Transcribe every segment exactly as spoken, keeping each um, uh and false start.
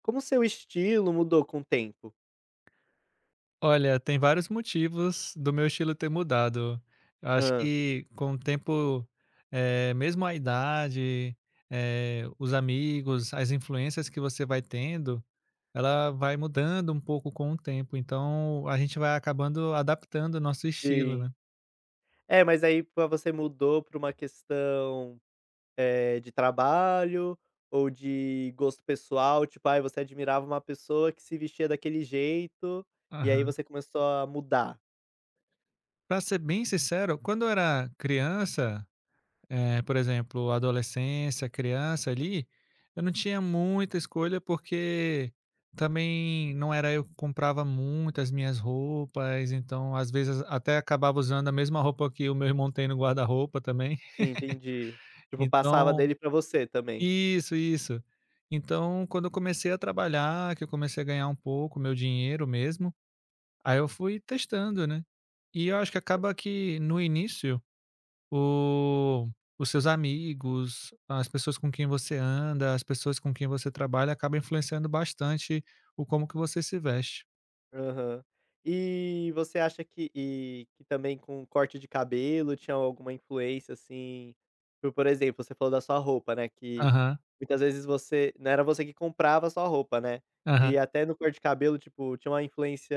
Como o seu estilo mudou com o tempo? Olha, tem vários motivos do meu estilo ter mudado. Eu acho Hã. que com o tempo, eh, mesmo a idade, eh, os amigos, as influências que você vai tendo, ela vai mudando um pouco com o tempo, então a gente vai acabando adaptando o nosso estilo, Sim. né. É, mas aí pra você mudou pra uma questão, eh, de trabalho ou de gosto pessoal? Tipo, ai, você admirava uma pessoa que se vestia daquele jeito, e aí Aham. você começou a mudar. Pra ser bem sincero, quando eu era criança. Eh, por exemplo, adolescência, criança ali, eu não tinha muita escolha porque também não era eu que comprava muitas minhas roupas, então às vezes até acabava usando a mesma roupa que o meu irmão tem no guarda-roupa também. Sim, entendi. Tipo, passava Então dele pra você também. isso, isso. Então, quando eu comecei a trabalhar, que eu comecei a ganhar um pouco meu dinheiro mesmo, aí eu fui testando, né. E eu acho que acaba que no início o os seus amigos, as pessoas com quem você anda, as pessoas com quem você trabalha, acaba influenciando bastante o como que você se veste. Aham. E você acha que e que também com corte de cabelo tinha alguma influência, assim, por por exemplo, você falou da sua roupa, né, que Aham, muitas vezes você não era você que comprava a sua roupa, né, aham. e até no corte de cabelo, tipo, tinha uma influência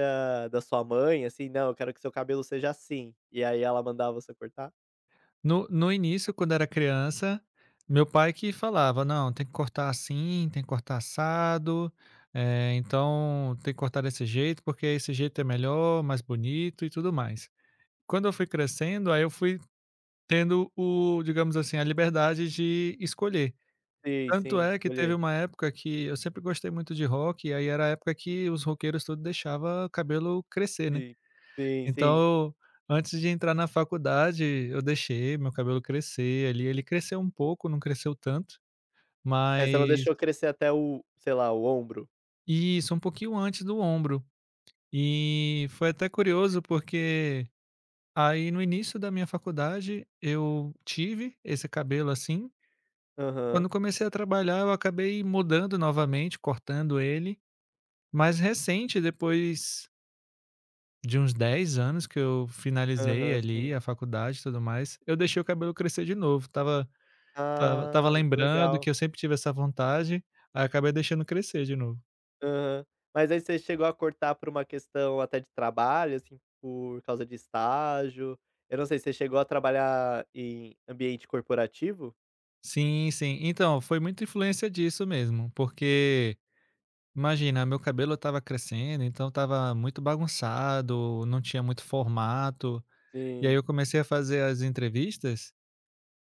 da sua mãe, assim: "Não, eu quero que seu cabelo seja assim", e aí ela mandava você cortar? No no início, quando era criança, meu pai que falava: "Não, tem que cortar assim, tem que cortar assado, eh, então tem que cortar desse jeito, porque esse jeito é melhor, mais bonito e tudo mais". Quando eu fui crescendo, aí eu fui tendo o digamos assim, a liberdade de escolher. Sim, Tanto sim, de é que teve escolher. uma época que eu sempre gostei muito de rock, e aí era a época que os roqueiros tudo deixava cabelo crescer, né. Sim, sim, sim. Então, antes de entrar na faculdade, eu deixei meu cabelo crescer ali, ele cresceu um pouco, não cresceu tanto, Essa ela mas... deixou crescer até o sei lá, o ombro? Isso, um pouquinho antes do ombro. E foi até curioso, porque aí no início da minha faculdade eu tive esse cabelo assim, Aham, quando comecei a trabalhar eu acabei mudando novamente, cortando ele. Mais recente, depois de uns dez anos que eu finalizei aham, ali sim. a faculdade e tudo mais, eu deixei o cabelo crescer de novo. Tava tava estava Ah, que lembrando legal. que eu sempre tive essa vontade, aí acabei deixando crescer de novo. Aham. Mas aí você chegou a cortar por uma questão até de trabalho, assim, por causa de estágio? Eu não sei, você chegou a trabalhar em ambiente corporativo? Sim, sim. Então, foi muita influência disso mesmo, porque imagina, meu cabelo estava crescendo, então estava muito bagunçado, não tinha muito formato, e aí Sim. eu comecei a fazer as entrevistas.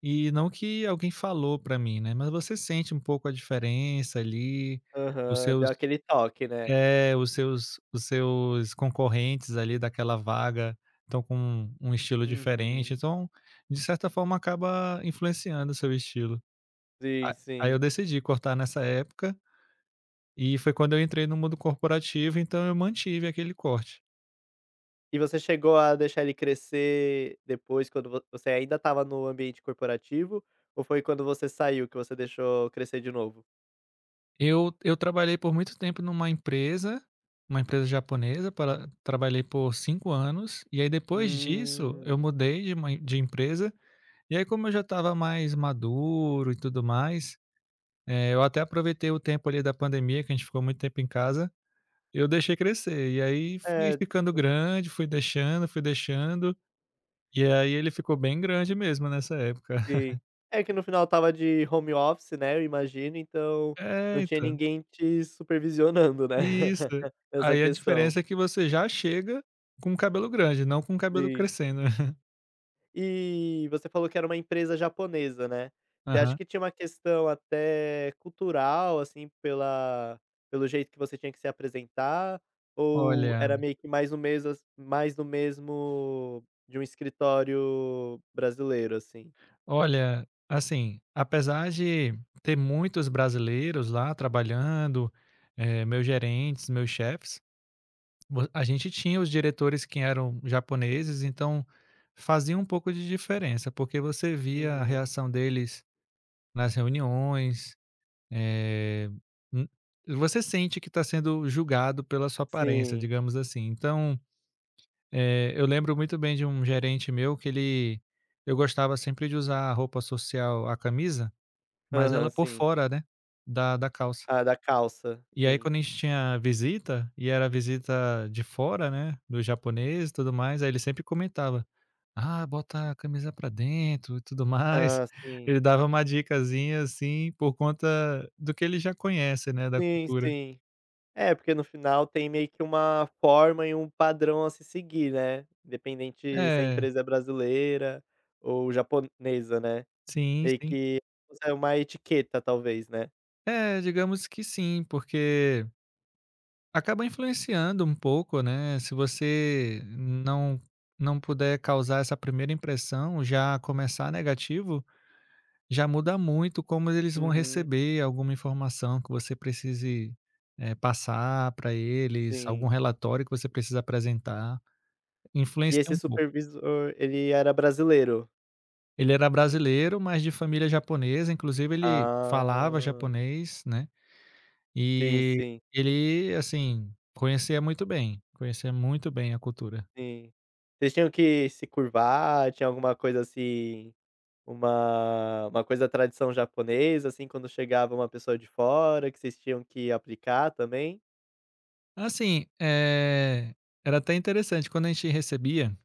E não que alguém falou pra mim, né, mas você sente um pouco a diferença ali, os Aham, seus deu aquele toque, né? é, os seus os seus concorrentes ali daquela vaga estão com um estilo diferente, Uhum. então, de certa forma, acaba influenciando o seu estilo. Sim, Aí eu sim. decidi cortar nessa época, e foi quando eu entrei no mundo corporativo, então eu mantive aquele corte. E você chegou a deixar ele crescer depois, quando vo você ainda estava no ambiente corporativo, ou foi quando você saiu que você deixou crescer de novo? Eu eu trabalhei por muito tempo numa empresa, uma empresa japonesa, para trabalhei por cinco anos, e aí depois disso eu Hum. mudei de uma em- de empresa, e aí como eu já estava mais maduro e tudo mais, eh, eu até aproveitei o tempo ali da pandemia, que a gente ficou muito tempo em casa, eu deixei crescer, e aí fui É, ficando grande, fui deixando, fui deixando, e aí ele ficou bem grande mesmo nessa época. sei. É que no final estava de home office, né, eu imagino, então É, não tinha então. ninguém te supervisionando, né, Isso. essa Aí a questão. diferença é que você já chega com o cabelo grande, não com o cabelo Sim. crescendo. E você falou que era uma empresa japonesa, né. Você acha Aham. que tinha uma questão até cultural, assim, pela pelo jeito que você tinha que se apresentar, ou Olha era meio que mais no mesmo mais no mesmo de um escritório brasileiro, assim? olha, assim, apesar de ter muitos brasileiros lá trabalhando, eh, meus gerentes, meus chefes, vo a gente tinha os diretores que eram japoneses, então fazia um pouco de diferença, porque você via a Uhum. reação deles nas reuniões. Eh, hum, Você sente que está sendo julgado pela sua aparência, Sim. digamos assim. Então, eh, eu lembro muito bem de um gerente meu que ele eu gostava sempre de usar a roupa social, a camisa, mas ela Aham, por sim. fora, né, da da calça. Ah, da calça. E aí Sim. quando a gente tinha visita, e era visita de fora, né, do japonês e tudo mais, aí ele sempre comentava: "Ah, bota a camisa pra dentro e tudo mais". Ah, sim. Ele dava uma dicasinha assim, por conta do que ele já conhece, né, da Sim, cultura. sim. É, porque no final tem meio que uma forma e um padrão a se seguir, né, independente se a É, empresa é brasileira ou japonesa, né, sim, meio sim. que é uma etiqueta talvez, né. É, digamos que sim, porque acaba influenciando um pouco, né, se você não não puder causar essa primeira impressão, já começar negativo, já muda muito como eles vão Uhum, receber alguma informação que você precise, eh, passar para eles, algum sim. relatório que você precisa apresentar, influencia E esse um pouco. supervisor, ele era brasileiro? Ele era brasileiro, mas de família japonesa, inclusive ele falava Ah, japonês, né. sim, E sim, ele, assim, conhecia muito bem, conhecia muito bem a cultura. sim. Vocês tinham que se curvar, tinha alguma coisa assim, uma uma coisa da tradição japonesa, assim, quando chegava uma pessoa de fora que vocês tinham que aplicar também? Assim, eh, era até interessante, quando a gente recebia,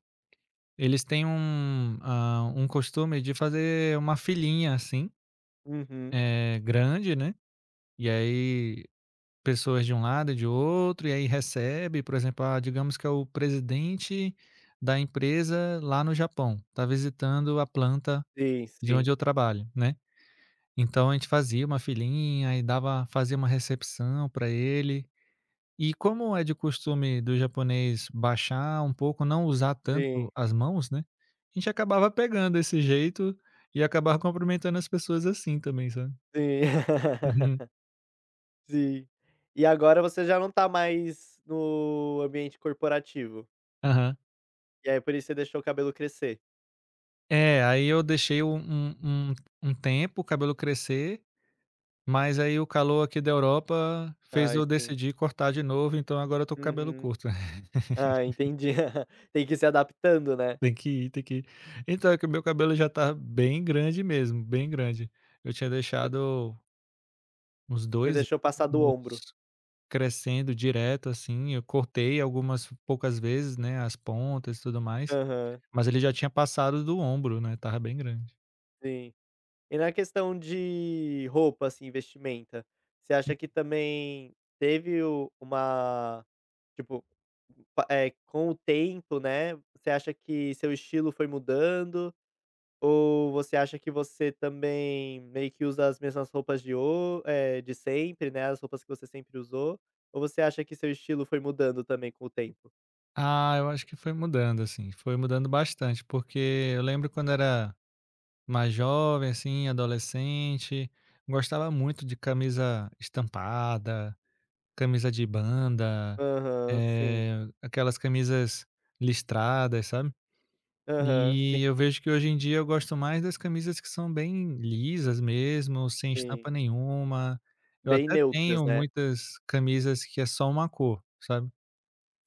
eles têm um, ah, um costume de fazer uma filinha, assim, Uhum. eh, grande, né, e aí pessoas de um lado e de outro, e aí recebe, por exemplo, ah, digamos que é o presidente da empresa lá no Japão, está visitando a planta Sim, de onde sim, eu trabalho, né. Então a gente fazia uma filinha e dava fazia uma recepção para ele. E como é de costume do japonês baixar um pouco, não usar tanto sim, as mãos, né, a gente acabava pegando esse jeito e acabava cumprimentando as pessoas assim também, sabe. sim. Uhum. Sim. E agora você já não tá mais no ambiente corporativo, Aham. e aí por isso você deixou o cabelo crescer? É, aí eu deixei um um um um tempo o cabelo crescer, mas aí o calor aqui da Europa fez Ai eu sim. decidir cortar de novo, então agora eu tô com cabelo Uhum. curto. Ah, entendi. Tem que ir se adaptando, né. Tem que ir, tem que ir. Então, é que o meu cabelo já tá bem grande mesmo, bem grande. Eu tinha Você deixado uns você dois deixou passar do ombro. anos crescendo direto, assim, eu cortei algumas poucas vezes, né, as pontas e tudo mais, Aham, mas ele já tinha passado do ombro, né. Tava bem grande. sim. E na questão de roupa, assim, vestimenta, você acha que também teve o uma Tipo, pa eh, com o tempo, né, você acha que seu estilo foi mudando ou você acha que você também meio que usa as mesmas roupas de ho é de sempre, né, as roupas que você sempre usou, ou você acha que seu estilo foi mudando também com o tempo? Ah, eu acho que foi mudando, assim, foi mudando bastante, porque eu lembro quando era mais jovem, assim, adolescente, gostava muito de camisa estampada, camisa de banda, Aham, sim. eh, aquelas camisas listradas, sabe. Aham, sim, E eu vejo que hoje em dia eu gosto mais das camisas que são bem lisas mesmo, sem sim. estampa nenhuma. Eu Bem até neutras, tenho né. muitas camisas que é só uma cor, sabe.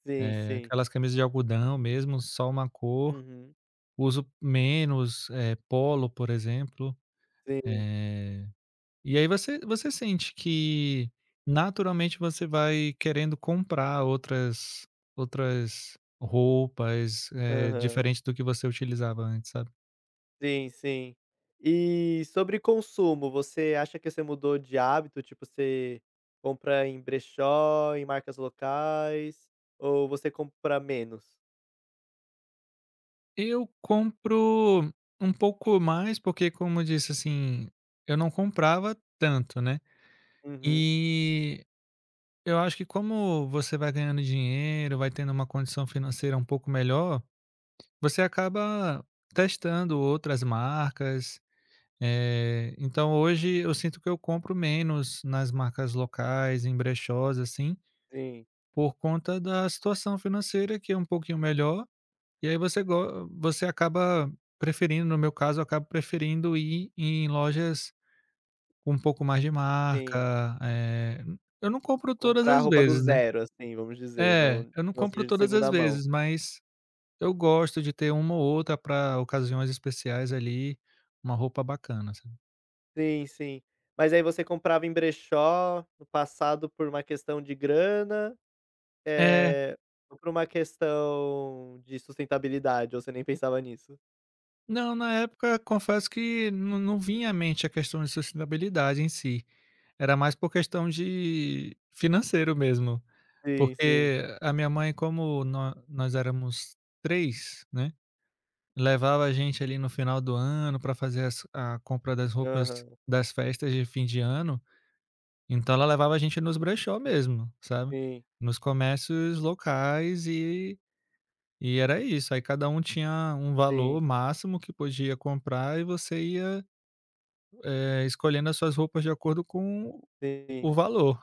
Sim, É sim. aquelas camisas de algodão mesmo, só uma cor. Uhum. Uso menos, eh, polo, por exemplo. Sim. E aí você você sente que naturalmente você vai querendo comprar outras outras roupas, eh, Aham. diferente do que você utilizava antes, sabe. Sim, sim. E sobre consumo, você acha que você mudou de hábito? Tipo, você compra em brechó, em marcas locais, ou você compra menos? Eu compro um pouco mais, porque como eu disse, assim, eu não comprava tanto, né. Uhum. E eu acho que como você vai ganhando dinheiro, vai tendo uma condição financeira um pouco melhor, você acaba testando outras marcas. Eh, então hoje eu sinto que eu compro menos nas marcas locais, em brechós, assim, Sim, por conta da situação financeira que é um pouquinho melhor, e aí você go você acaba preferindo no meu caso, eu acabo preferindo ir em lojas com um pouco mais de Sim, marca. Eh, eu não compro todas comprar as roupa do vezes, né. zero, assim, vamos dizer, É, não eu não não compro seja de todas as segunda mão. vezes, mas eu gosto de ter uma ou outra para ocasiões especiais ali, uma roupa bacana, sabe. Sim, sim. Mas aí você comprava em brechó no passado por uma questão de grana, É. é ou por uma questão de sustentabilidade, ou você nem pensava nisso? Não, na época confesso que não não vinha à mente a questão de sustentabilidade em si, era mais por questão de financeiro mesmo, Sim, sim. porque a minha mãe como nó nós éramos três, né, levava a gente ali no final do ano para fazer as a compra das roupas Aham. das festas de fim de ano, então ela levava a gente nos brechó mesmo, sabe, Sim, nos comércios locais e e era isso, aí cada um tinha um valor sim, máximo que podia comprar e você ia eh, escolhendo as suas roupas de acordo com sim. o valor.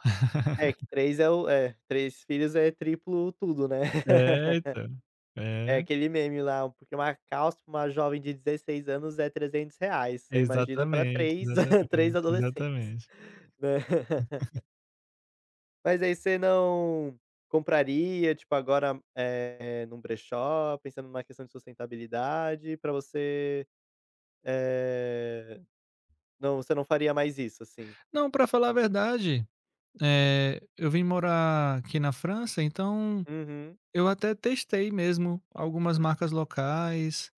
É que três é o é, três filhos é triplo tudo, né. É, então. É É, aquele meme lá, porque uma calça pra uma jovem de dezesseis anos é R trezentos reais você imagina pra exatamente, três três exatamente, adolescentes, exatamente. né. Mas aí você não compraria, tipo, agora, eh, num brechó, pensando numa questão de sustentabilidade, pra você, eh, não, você não faria mais isso, assim? Não, pra falar a verdade, eh, eu vim morar aqui na França, então Uhum, eu até testei mesmo algumas marcas locais,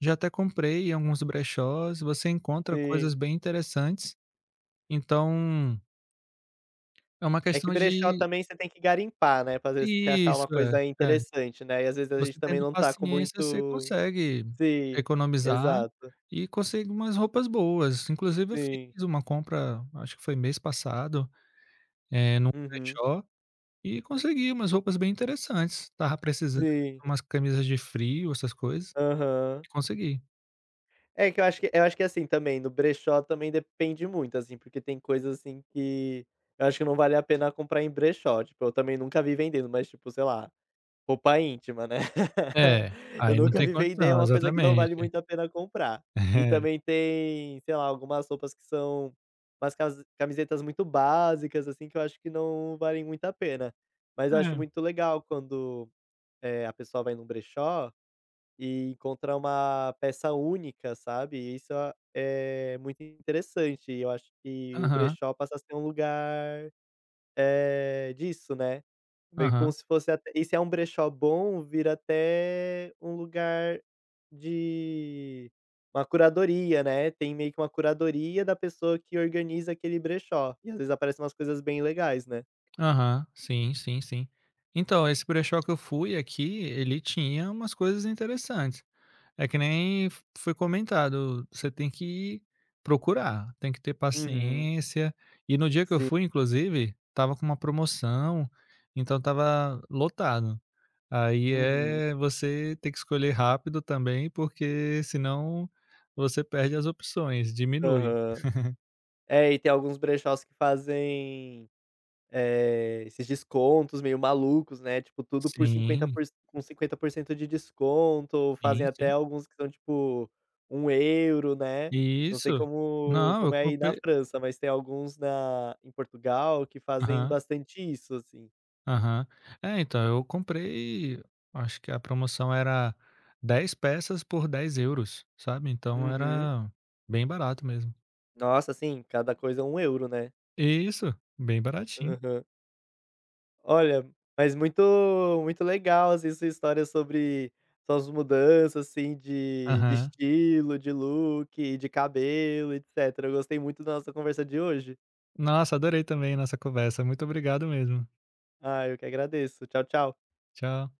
já até comprei em alguns brechós, você encontra coisas sim. bem interessantes, então é uma É que questão brechó de também você tem que garimpar, né, pra às vezes você achar isso, uma coisa é, é. interessante, né, e às vezes a gente Você também tendo não tá com paciência, você muito consegue sim, economizar exato. e consegue umas roupas boas. Inclusive eu Sim. fiz uma compra, acho que foi mês passado, eh, num Uhum. brechó e consegui umas roupas bem interessantes. Tava precisando Sim. de umas camisas de frio, essas coisas, Aham. e consegui. É que eu acho que eu acho que, assim, também no brechó também depende muito, assim, porque tem coisas, assim, que eu acho que não vale a pena comprar em brechó, tipo, eu também nunca vi vendendo, mas tipo, sei lá Roupa íntima, né. É, Eu aí não nunca tem me vender é condição, uma coisa que não vale exatamente. muito a pena comprar. E também tem, sei lá, algumas roupas que são umas casi camisetas muito básicas, assim, que eu acho que não valem muito a pena. Mas É, eu acho é. muito legal quando, eh, a pessoa vai num brechó e encontra uma peça única, sabe. E isso é é muito interessante e eu acho que o Aham, brechó passa a ser um lugar eh, disso, né. Foi como aham, se fosse até e se é um brechó bom, vira até um lugar de uma curadoria, né, tem meio que uma curadoria da pessoa que organiza aquele brechó, e às vezes aparecem umas coisas bem legais, né. aham. Sim, sim, sim. Então, esse brechó que eu fui aqui, ele tinha umas coisas interessantes. É que nem f foi comentado, você tem que procurar, tem que ter Uhum. paciência. E no dia que eu Sim. fui, inclusive, tava com uma promoção, então tava lotado. Aí, Uhum. é você ter que escolher rápido também, porque senão você perde as opções, diminui. Aham. É, e tem alguns brechós que fazem Eh, esses descontos meio malucos, né, tipo tudo por cinquenta Sim, por cento, com cinquenta por cento de desconto, fazem sim, até sim. alguns que são tipo um euro, né. Não sei Isso. como Não, eu como é aí na comprei França, mas tem alguns na em Portugal que fazem aham. bastante isso, assim. Aham. É, então, eu comprei, acho que a promoção era dez peças por dez euros, sabe? Então Uhum. era bem barato mesmo. Nossa, sim, cada coisa é um euro, né. Isso, bem baratinho. Aham. Olha, mas muito muito legal, assim, sua história sobre suas mudanças, assim, de de Aham. estilo, de look, de cabelo, etcétera. Eu gostei muito da nossa conversa de hoje. Nossa, adorei também nossa conversa. Muito obrigado mesmo. Ah, eu que agradeço. Tchau, tchau. Tchau.